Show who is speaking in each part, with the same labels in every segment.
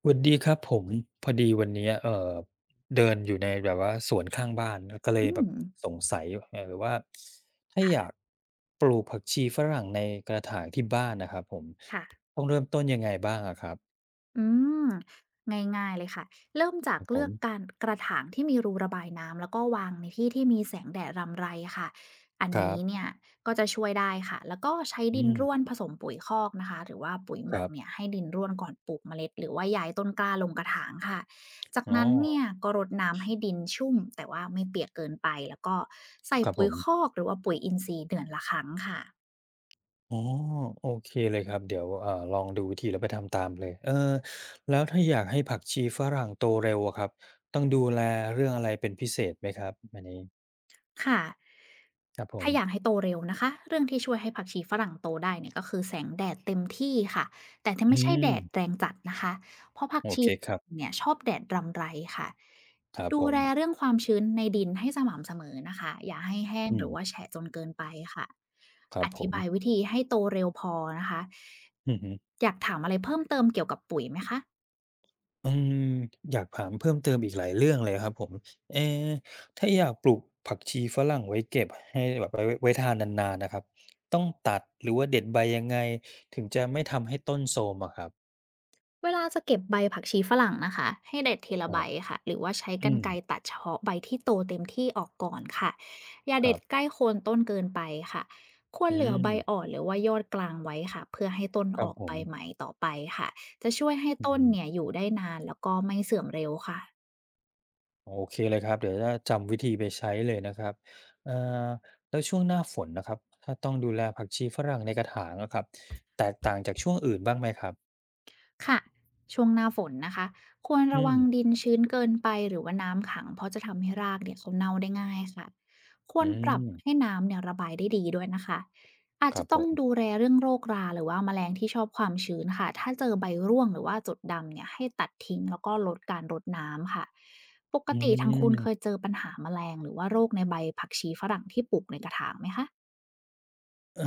Speaker 1: สวัสดีครับผมพอดีวันเนี้ยเดินอยู่ในแบบว่าสวนข้างบ้านก็เล
Speaker 2: อื
Speaker 1: ยแบบ
Speaker 2: ม
Speaker 1: สงสัยว่าถ้าอยากปลูกผักชีฝรั่งในกระถางที่บ้านนะครับผม
Speaker 2: ค่ะ
Speaker 1: ต้องเริ่มต้นยังไงบ้างอะครับ
Speaker 2: อืมง่ายๆเลยค่ะเริ่มจา
Speaker 1: ค
Speaker 2: ก
Speaker 1: รับผ
Speaker 2: เลือ
Speaker 1: ม
Speaker 2: กการกระถางที่มีรูระบายน้ำแล้วก็วางในที่ที่มีแสงแดดรำไรค่ะอัน
Speaker 1: ครั
Speaker 2: นี้
Speaker 1: บ
Speaker 2: เนี่ยก็จะช่วยได้ค่ะแล้วก็ใช้
Speaker 1: อื
Speaker 2: ดินร่ว
Speaker 1: ม
Speaker 2: นผสมปุ๋ยคอกนะคะหรือว่าปุ๋ยห
Speaker 1: ค
Speaker 2: มั
Speaker 1: รั
Speaker 2: ก
Speaker 1: บ
Speaker 2: เนี่ยให้ดินร่วนก่อนปลูกเมล็ดหรือว่าย้ายต้นกล้าลงกระถางค่ะจาก
Speaker 1: อ๋อ
Speaker 2: นั้นเนี่ยก็รดน้ำให้ดินชุ่มแต่ว่าไม่เปียกเกินไปแล้วก็ใส่
Speaker 1: ครับผ
Speaker 2: ปุ๋ยค
Speaker 1: ม
Speaker 2: อกหรือว่าปุ๋ยอินทรีย์เดือนละครั้งค่ะ
Speaker 1: อ๋อโอเคเลยครับเดี๋ยวลองดูวิธีแล้วไปทำตามเลยเออแล้วถ้าอยากให้ผักชีฝรั่งโตเร็วอะครับต้องดูแลเรื่องอะไรเป็นพิเศษไหมครับอันนี้
Speaker 2: ค่ะ
Speaker 1: ครับผม
Speaker 2: ถ้าอยากให้โตเร็วนะคะเรื่องที่ช่วยให้ผักชีฝรั่งโตได้เนี่ยก็คือแสงแดดเต็มที่ค่ะแต่ถ้า
Speaker 1: อื
Speaker 2: ไม่ใช่แดด
Speaker 1: ม
Speaker 2: แรงจัดนะคะเพราะผัก
Speaker 1: โอ
Speaker 2: ชี
Speaker 1: เคครับ
Speaker 2: เนี่ยชอบแดดรำไรค่ะ
Speaker 1: ครับ
Speaker 2: ดู
Speaker 1: ผม
Speaker 2: แลเรื่องความชื้นในดินให้สม่ำเสมอนะคะอย่าให้แห้ง
Speaker 1: อื
Speaker 2: หรื
Speaker 1: ม
Speaker 2: อว่าแฉะจนเกินไปค่ะ
Speaker 1: ครับ
Speaker 2: อ
Speaker 1: ผ
Speaker 2: ธิ
Speaker 1: ม
Speaker 2: บายวิธีให้โตเร็วพอนะคะ
Speaker 1: อือฮึ
Speaker 2: อยากถามอะไรเพิ่มเติมเกี่ยวกับปุ๋ยไหมคะ
Speaker 1: อืมอยากถามเพิ่มเติมอีกหลายเรื่องเลยครับผมเอ๊ถ้าอยากปลูกผักชีฝรั่งไว้เก็บให้แบบไว้ทานนานๆน่ะครับต้องตัดหรือว่าเด็ดใบยังไงถึงจะไม่ทำให้ต้นโทรมอะครับ
Speaker 2: เวลาจะเก็บใบผักชีฝรั่งนะคะให้เด็ดที
Speaker 1: ค
Speaker 2: ละ
Speaker 1: รั
Speaker 2: ใบ
Speaker 1: บ
Speaker 2: ค่ะหรือว่าใช้กร
Speaker 1: อื
Speaker 2: ร
Speaker 1: ม
Speaker 2: ไกรตัดเฉพาะใบที่โตเต็มที่ออกก่อนค่ะอย่า
Speaker 1: ค
Speaker 2: เด็
Speaker 1: รั
Speaker 2: ด
Speaker 1: บ
Speaker 2: ใกล้โคนต้นเกินไปค่ะคว
Speaker 1: อื
Speaker 2: รเหลือใบอ่อ
Speaker 1: ม
Speaker 2: นหรือว่ายอดกลางไว้ค่ะเพื่อให้ต้น
Speaker 1: ครั
Speaker 2: อ
Speaker 1: บ
Speaker 2: อก
Speaker 1: ผ
Speaker 2: ใบ
Speaker 1: ม
Speaker 2: ใหม่ต่อไปค่ะจะช่วยให้
Speaker 1: อือ
Speaker 2: ต้
Speaker 1: ฮึ
Speaker 2: นเนี่ยอยู่ได้นานแล้วก็ไม่เสื่อมเร็วค่ะ
Speaker 1: โอเคเลยครับเดี๋ยวจะจำวิธีไปใช้เลยนะครับเอ่อแล้วช่วงหน้าฝนนะครับถ้าต้องดูแลผักชีฝรั่งในกระถางอะครับแตกต่างจากช่วงอื่นบ้างไหมครับ
Speaker 2: ค่ะช่วงหน้าฝนนะคะควร
Speaker 1: อื
Speaker 2: ระวั
Speaker 1: ม
Speaker 2: งดินชื้นเกินไปหรือว่าน้ำขังเพราะจะทำให้รากเนี่ยเขาเน่าได้ง่ายค่ะคว
Speaker 1: อื
Speaker 2: รปรั
Speaker 1: ม
Speaker 2: บให้น้ำเนี่ยระบายได้ดีด้วยนะคะอาจ
Speaker 1: ครั
Speaker 2: จะ
Speaker 1: บผ
Speaker 2: ต้องดู
Speaker 1: ม
Speaker 2: แลเรื่องโรคราหรือว่าแมลงที่ชอบความชื้นค่ะถ้าเจอใบร่วงหรือว่าจุดดำเนี่ยให้ตัดทิ้งแล้วก็ลดการรดน้ำค่ะปก
Speaker 1: อื
Speaker 2: ติทางคุณเคย
Speaker 1: ม
Speaker 2: เจอปัญหาแมลงหรือว่าโรคในใบผักชีฝรั่งที่ปลูกในกระถางไหมคะ
Speaker 1: เอ่อ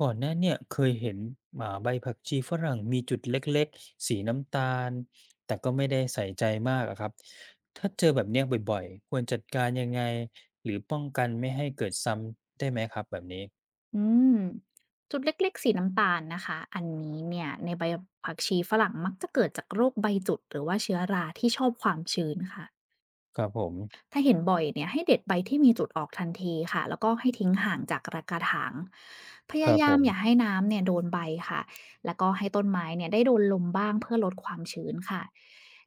Speaker 1: ก่อนหน้าเนี่ยเคยเห็น่าใบผักชีฝรั่งมีจุดเล็กๆสีน้ำตาลแต่ก็ไม่ได้ใส่ใจมากอะครับถ้าเจอแบบเนี้ยบ่อยๆควรจัดการยังไงหรือป้องกันไม่ให้เกิดซ้ำได้ไหมครับแบบนี้
Speaker 2: อืมจุดเล็กๆสีน้ำตาลนะคะอันนี้เนี่ยในใบผักชีฝรั่งมักจะเกิดจากโรคใบจุดหรือว่าเชื้อราที่ชอบความชื้นค่ะ
Speaker 1: ครับผม
Speaker 2: ถ้าเห็นบ่อยเนี่ยให้เด็ดใบที่มีจุดออกทันทีค่ะแล้วก็ให้ทิ้งห่างจากระกระถางพ
Speaker 1: ค
Speaker 2: ยา
Speaker 1: รับผ
Speaker 2: ยาม
Speaker 1: ม
Speaker 2: อย่าให้น้ำเนี่ยโดนใบค่ะแล้วก็ให้ต้นไม้เนี่ยได้โดนลมบ้างเพื่อลดความชื้นค่ะ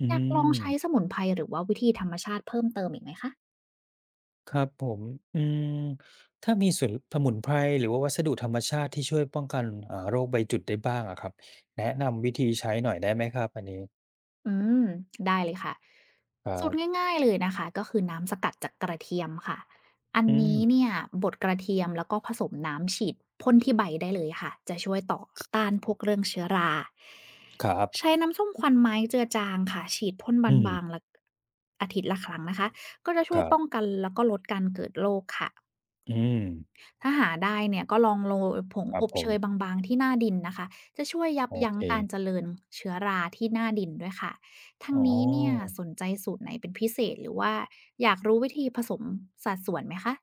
Speaker 1: อื
Speaker 2: อยากลองใช้ส
Speaker 1: ม
Speaker 2: มุนไพรหรือว่าวิธีธรรมชาติเพิ่มเติมอีกไหมคะ
Speaker 1: ครับผมอืมถ้ามีส่วนสมุนไพรหรือว่าวัสดุธรรมชาติที่ช่วยป้องกันโรคใบจุดได้บ้างอะครับแนะนำวิธีใช้หน่อยได้ไหมครับอันนี้
Speaker 2: อืมได้เลยค่ะ
Speaker 1: ครั
Speaker 2: สูตร
Speaker 1: บ
Speaker 2: ง่ายๆเลยนะคะก็คือน้ำสกัดจากกระเทียมค่ะอัน
Speaker 1: อืม
Speaker 2: นี้เนี่ยบดกระเทียมแล้วก็ผสมน้ำฉีดพ่นที่ใบได้เลยค่ะจะช่วยต่อต้านพวกเรื่องเชื้อรา
Speaker 1: ครับ
Speaker 2: ใช้น้ำส้มควันไม้เจือจางค่ะฉีดพ่นบ
Speaker 1: อืม
Speaker 2: างๆละอาทิตย์ละครั้งนะคะก็จะ
Speaker 1: ค
Speaker 2: ช่วย
Speaker 1: รั
Speaker 2: ป้อง
Speaker 1: บ
Speaker 2: กันแล้วก็ลดการเกิดโรคค่ะ
Speaker 1: อืม
Speaker 2: ถ้าหาได้เนี่ยก็ลองโรยผง
Speaker 1: ครั
Speaker 2: อ
Speaker 1: บ
Speaker 2: บ
Speaker 1: ผ
Speaker 2: เช
Speaker 1: ม
Speaker 2: ยบางๆที่หน้าดินนะคะจะช่วยยับ
Speaker 1: โอ
Speaker 2: ยั้ง
Speaker 1: เค
Speaker 2: การเจริญเชื้อราที่หน้าดินด้วยค่ะทั้
Speaker 1: อ๋
Speaker 2: ง
Speaker 1: อ
Speaker 2: นี้เนี่ยสนใจสูตรไหนเป็นพิเศษหรือว่าอยากรู้วิธีผสมสัดส่วนไหมคะ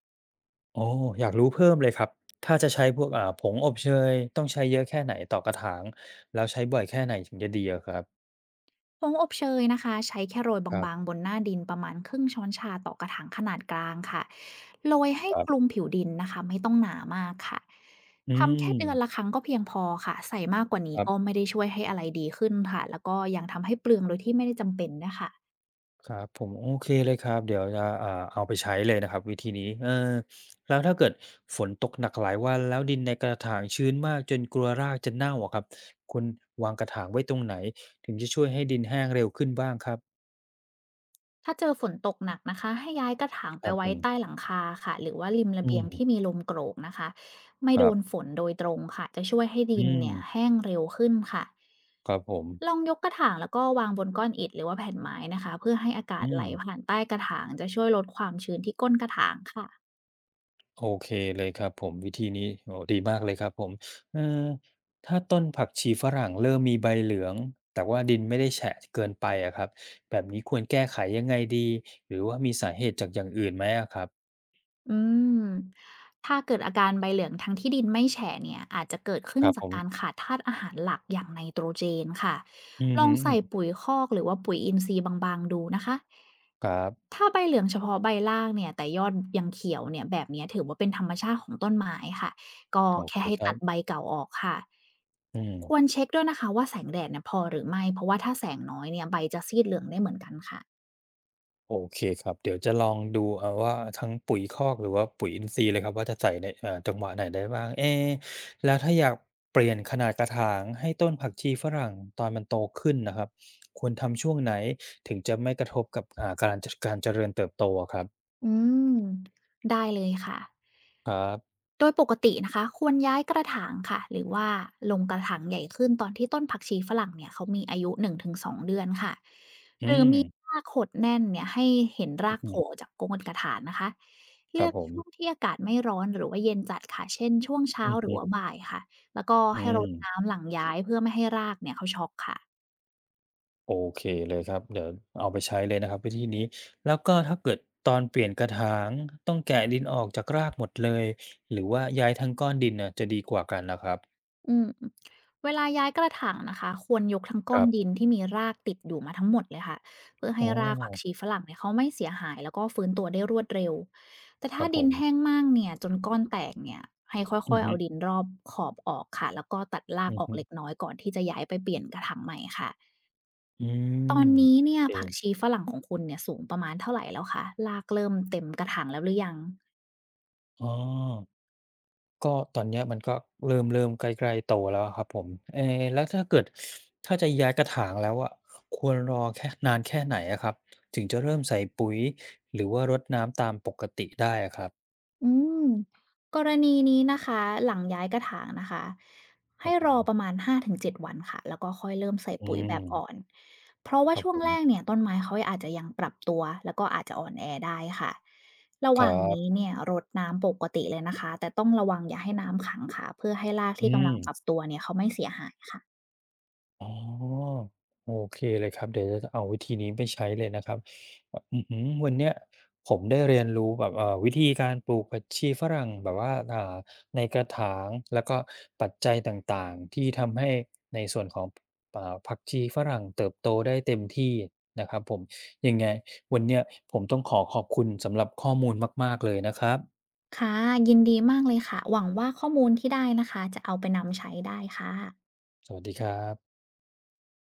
Speaker 1: อ๋ออยากรู้เพิ่มเลยครับถ้าจะใช้พวกผงอบเชยต้องใช้เยอะแค่ไหนต่อกระถางแล้วใช้บ่อยแค่ไหนถึงจะดีอะครับ
Speaker 2: ผงอบเชยนะคะใช้แค่โรยบ
Speaker 1: ครั
Speaker 2: าง
Speaker 1: บ
Speaker 2: ๆบนหน้าดินประมาณครึ่งช้อนชาต่อกระถางขนาดกลางค่ะโรยให้
Speaker 1: ครั
Speaker 2: คลุม
Speaker 1: บ
Speaker 2: ผิวดินนะคะไม่ต้องหนามากค่ะ
Speaker 1: อื
Speaker 2: ทำแค่เดือนละ
Speaker 1: ม
Speaker 2: ครั้งก็เพียงพอค่ะใส่มากกว่า
Speaker 1: ค
Speaker 2: นี้
Speaker 1: รั
Speaker 2: ก็
Speaker 1: บ
Speaker 2: ไม่ได้ช่วยให้อะไรดีขึ้นค่ะแล้วก็ยังทำให้เปลืองโดยที่ไม่ได้จำเป็นนะคะ
Speaker 1: ครับผมโอเคเลยครับเดี๋ยวจะเอาไปใช้เลยนะครับวิธีนี้เออแล้วถ้าเกิดฝนตกหนักหลายวันแล้วดินในกระถางชื้นมากจนกลัวรากจะเน่าอะครับคุณวางกระถางไว้ตรงไหนถึงจะช่วยให้ดินแห้งเร็วขึ้นบ้างครับ
Speaker 2: ถ้าเจอฝนตกหนักนะคะให้ย้ายกระถาง
Speaker 1: ค
Speaker 2: ไป
Speaker 1: รับผ
Speaker 2: ไว้ใต้
Speaker 1: ม
Speaker 2: หลังคาค่ะหรือว่าริมระ
Speaker 1: อื
Speaker 2: เบียง
Speaker 1: ม
Speaker 2: ที่มีลมโกรกนะคะไม่
Speaker 1: ค
Speaker 2: โด
Speaker 1: รั
Speaker 2: นฝ
Speaker 1: บ
Speaker 2: นโดยตรงค่ะจะช่วยให้ดิ
Speaker 1: อื
Speaker 2: น
Speaker 1: ม
Speaker 2: เนี่ยแห้งเร็วขึ้นค่ะ
Speaker 1: ครับผม
Speaker 2: ลองยกกระถางแล้วก็วางบนก้อนอิฐหรือว่าแผ่นไม้นะคะเพื่อให้อากา
Speaker 1: อื
Speaker 2: ศไห
Speaker 1: ม
Speaker 2: ลผ่านใต้กระถางจะช่วยลดความชื้นที่ก้นกระถางค่ะ
Speaker 1: โอเคเลยครับผมวิธีนี้โอ้ดีมากเลยครับผมเออถ้าต้นผักชีฝรั่งเริ่มมีใบเหลืองแต่ว่าดินไม่ได้แฉะเกินไปอะครับแบบนี้ควรแก้ไขยังไงดีหรือว่ามีสาเหตุจากอย่างอื่นไหมอะครับ
Speaker 2: อืมถ้าเกิดอาการใบเหลืองทั้งที่ดินไม่แฉะเนี่ยอาจจะเกิดขึ้
Speaker 1: ค
Speaker 2: น
Speaker 1: รับผ
Speaker 2: จากการ
Speaker 1: ม
Speaker 2: ขาดธาตุอาหารหลักอย่างไนโตรเจนค่ะ
Speaker 1: อือ
Speaker 2: ล
Speaker 1: ฮึ
Speaker 2: องใส่ปุ๋ยคอกหรือว่าปุ๋ยอินทรีย์บางๆดูนะคะ
Speaker 1: ครับ
Speaker 2: ถ้าใบเหลืองเฉพาะใบล่างเนี่ยแต่ยอดยังเขียวเนี่ยแบบเนี้ยถือว่าเป็นธรรมชาติของต้นไม้ค่ะก็
Speaker 1: โอเค
Speaker 2: แค่ให้
Speaker 1: ครั
Speaker 2: ตัดใบ
Speaker 1: บ
Speaker 2: เก่าออกค่ะ
Speaker 1: อืม
Speaker 2: ควรเช็คด้วยนะคะว่าแสงแดดเนี่ยพอหรือไม่เพราะว่าถ้าแสงน้อยเนี่ยใบจะซีดเหลืองได้เหมือนกันค่ะ
Speaker 1: โอเคครับเดี๋ยวจะลองดูเอาว่าทั้งปุ๋ยคอกหรือว่าปุ๋ยอินทรีย์เลยครับว่าจะใส่ในจังหวะไหนได้บ้างเอ๊ะแล้วถ้าอยากเปลี่ยนขนาดกระถางให้ต้นผักชีฝรั่งตอนมันโตขึ้นนะครับควรทำช่วงไหนถึงจะไม่กระทบกับการเจริญเติบโตอะครับ
Speaker 2: อืมได้เลยค่ะ
Speaker 1: ครับ
Speaker 2: โดยปกตินะคะควรย้ายกระถางค่ะหรือว่าลงกระถางใหญ่ขึ้นตอนที่ต้นผักชีฝรั่งเนี่ยเขามีอายุหนึ่งถึงสองเดือนค่ะ
Speaker 1: อื
Speaker 2: หรือ
Speaker 1: ม
Speaker 2: มีรากขดแน่นเนี่ยให้เห็นรากโผ
Speaker 1: อื
Speaker 2: ล่
Speaker 1: ม
Speaker 2: จากโคนกระถางนะคะ
Speaker 1: ครั
Speaker 2: เลื
Speaker 1: บ
Speaker 2: อก
Speaker 1: ผม
Speaker 2: ช่วงที่อากาศไม่ร้อนหรือว่าเย็นจัดค่ะเช่นช่วง
Speaker 1: อื
Speaker 2: เช้าหรือ
Speaker 1: ม
Speaker 2: ว่าบ่ายค่ะแล้วก็
Speaker 1: อื
Speaker 2: ให้ร
Speaker 1: ม
Speaker 2: ดน้ำหลังย้ายเพื่อไม่ให้รากเนี่ยเขาช็อกค่ะ
Speaker 1: โอเคเลยครับเดี๋ยวเอาไปใช้เลยนะครับวิธีนี้แล้วก็ถ้าเกิดตอนเปลี่ยนกระถางต้องแกะดินออกจากรากหมดเลยหรือว่าย้ายทั้งก้อนดินน่ะจะดีกว่ากันล่ะครับ
Speaker 2: อืมเวลาย้ายกระถางนะคะควรยกทั้ง
Speaker 1: ค
Speaker 2: ก้อ
Speaker 1: รั
Speaker 2: นดิ
Speaker 1: บ
Speaker 2: นที่มีรากติดอยู่มาทั้งหมดเลยค่ะเพื่อ
Speaker 1: อ๋
Speaker 2: ให้
Speaker 1: อ
Speaker 2: รากผักชีฝรั่งเนี่ยเขาไม่เสียหายแล้วก็ฟื้นตัวได้รวดเร็วแต่
Speaker 1: ค
Speaker 2: ถ้า
Speaker 1: รับผ
Speaker 2: ดิน
Speaker 1: ม
Speaker 2: แห้งมากเนี่ยจนก้อนแตกเนี่ยให้ค่
Speaker 1: อื
Speaker 2: อ
Speaker 1: อ
Speaker 2: ยๆ
Speaker 1: ฮึ
Speaker 2: เอาดินรอบขอบออกค่ะแล้วก็ตัดรา
Speaker 1: อื
Speaker 2: ก
Speaker 1: อ
Speaker 2: ออก
Speaker 1: ฮึ
Speaker 2: เล็กน้อยก่อนที่จะย้ายไปเปลี่ยนกระถางใหม่ค่ะ
Speaker 1: อื
Speaker 2: ตอ
Speaker 1: ม
Speaker 2: นนี้
Speaker 1: โอ
Speaker 2: เนี่ย
Speaker 1: เค
Speaker 2: ผักชีฝรั่งของคุณเนี่ยสูงประมาณเท่าไหร่แล้วคะรากเริ่มเต็มกระถางแล้วหรือยัง
Speaker 1: อ๋อก็ตอนเนี้ยมันก็เริ่มใกล้ๆโตแล้วอะครับผมเอ๊แล้วถ้าเกิดถ้าจะย้ายกระถางแล้วอะควรรอแค่นานแค่ไหนอะครับถึงจะเริ่มใส่ปุ๋ยหรือว่ารดน้ำตามปกติได้อะครับ
Speaker 2: อืมกรณีนี้นะคะหลังย้ายกระถางนะคะ
Speaker 1: ครั
Speaker 2: ให้
Speaker 1: บผ
Speaker 2: ร
Speaker 1: ม
Speaker 2: อประมาณ5-7วันค่ะแล้วก็ค่อยเริ่มใส่
Speaker 1: อื
Speaker 2: ปุ๋ยแบ
Speaker 1: ม
Speaker 2: บอ่อนเพราะว่า
Speaker 1: ครับ
Speaker 2: ช่ว
Speaker 1: ผ
Speaker 2: ง
Speaker 1: ม
Speaker 2: แรกเนี่ยต้นไม้เขาอาจจะยังปรับตัวแล้วก็อาจจะอ่อนแอได้ค่ะระ
Speaker 1: ค
Speaker 2: ห
Speaker 1: รั
Speaker 2: ว่างนี้
Speaker 1: บ
Speaker 2: เนี่ยรดน้ำปกติเลยนะคะแต่ต้องระวังอย่าให้น้ำขังค่ะเพื่อให้ราก
Speaker 1: อื
Speaker 2: ที่กำลังปรับ
Speaker 1: ม
Speaker 2: ตัวเนี่ยเขาไม่เสียหายค่ะ
Speaker 1: อ๋อโอเคเลยครับเดี๋ยวจะเอาวิธีนี้ไปใช้เลยนะครับออื้อฮือวันเนี้ยผมได้เรียนรู้แบบวิธีการปลูกผักชีฝรั่งแบบว่าในกระถางแล้วก็ปัจจัยต่างๆที่ทำให้ในส่วนของผักชีฝรั่งเติบโตได้เต็มที่นะครับผมยังไงวันเนี้ยผมต้องขอขอบคุณสำหรับข้อมูลมากๆเลยนะครับ
Speaker 2: ค่ะยินดีมากเลยค่ะหวังว่าข้อมูลที่ได้นะคะจะเอาไปนำใช้ได้ค่ะ
Speaker 1: สวัสดีครับ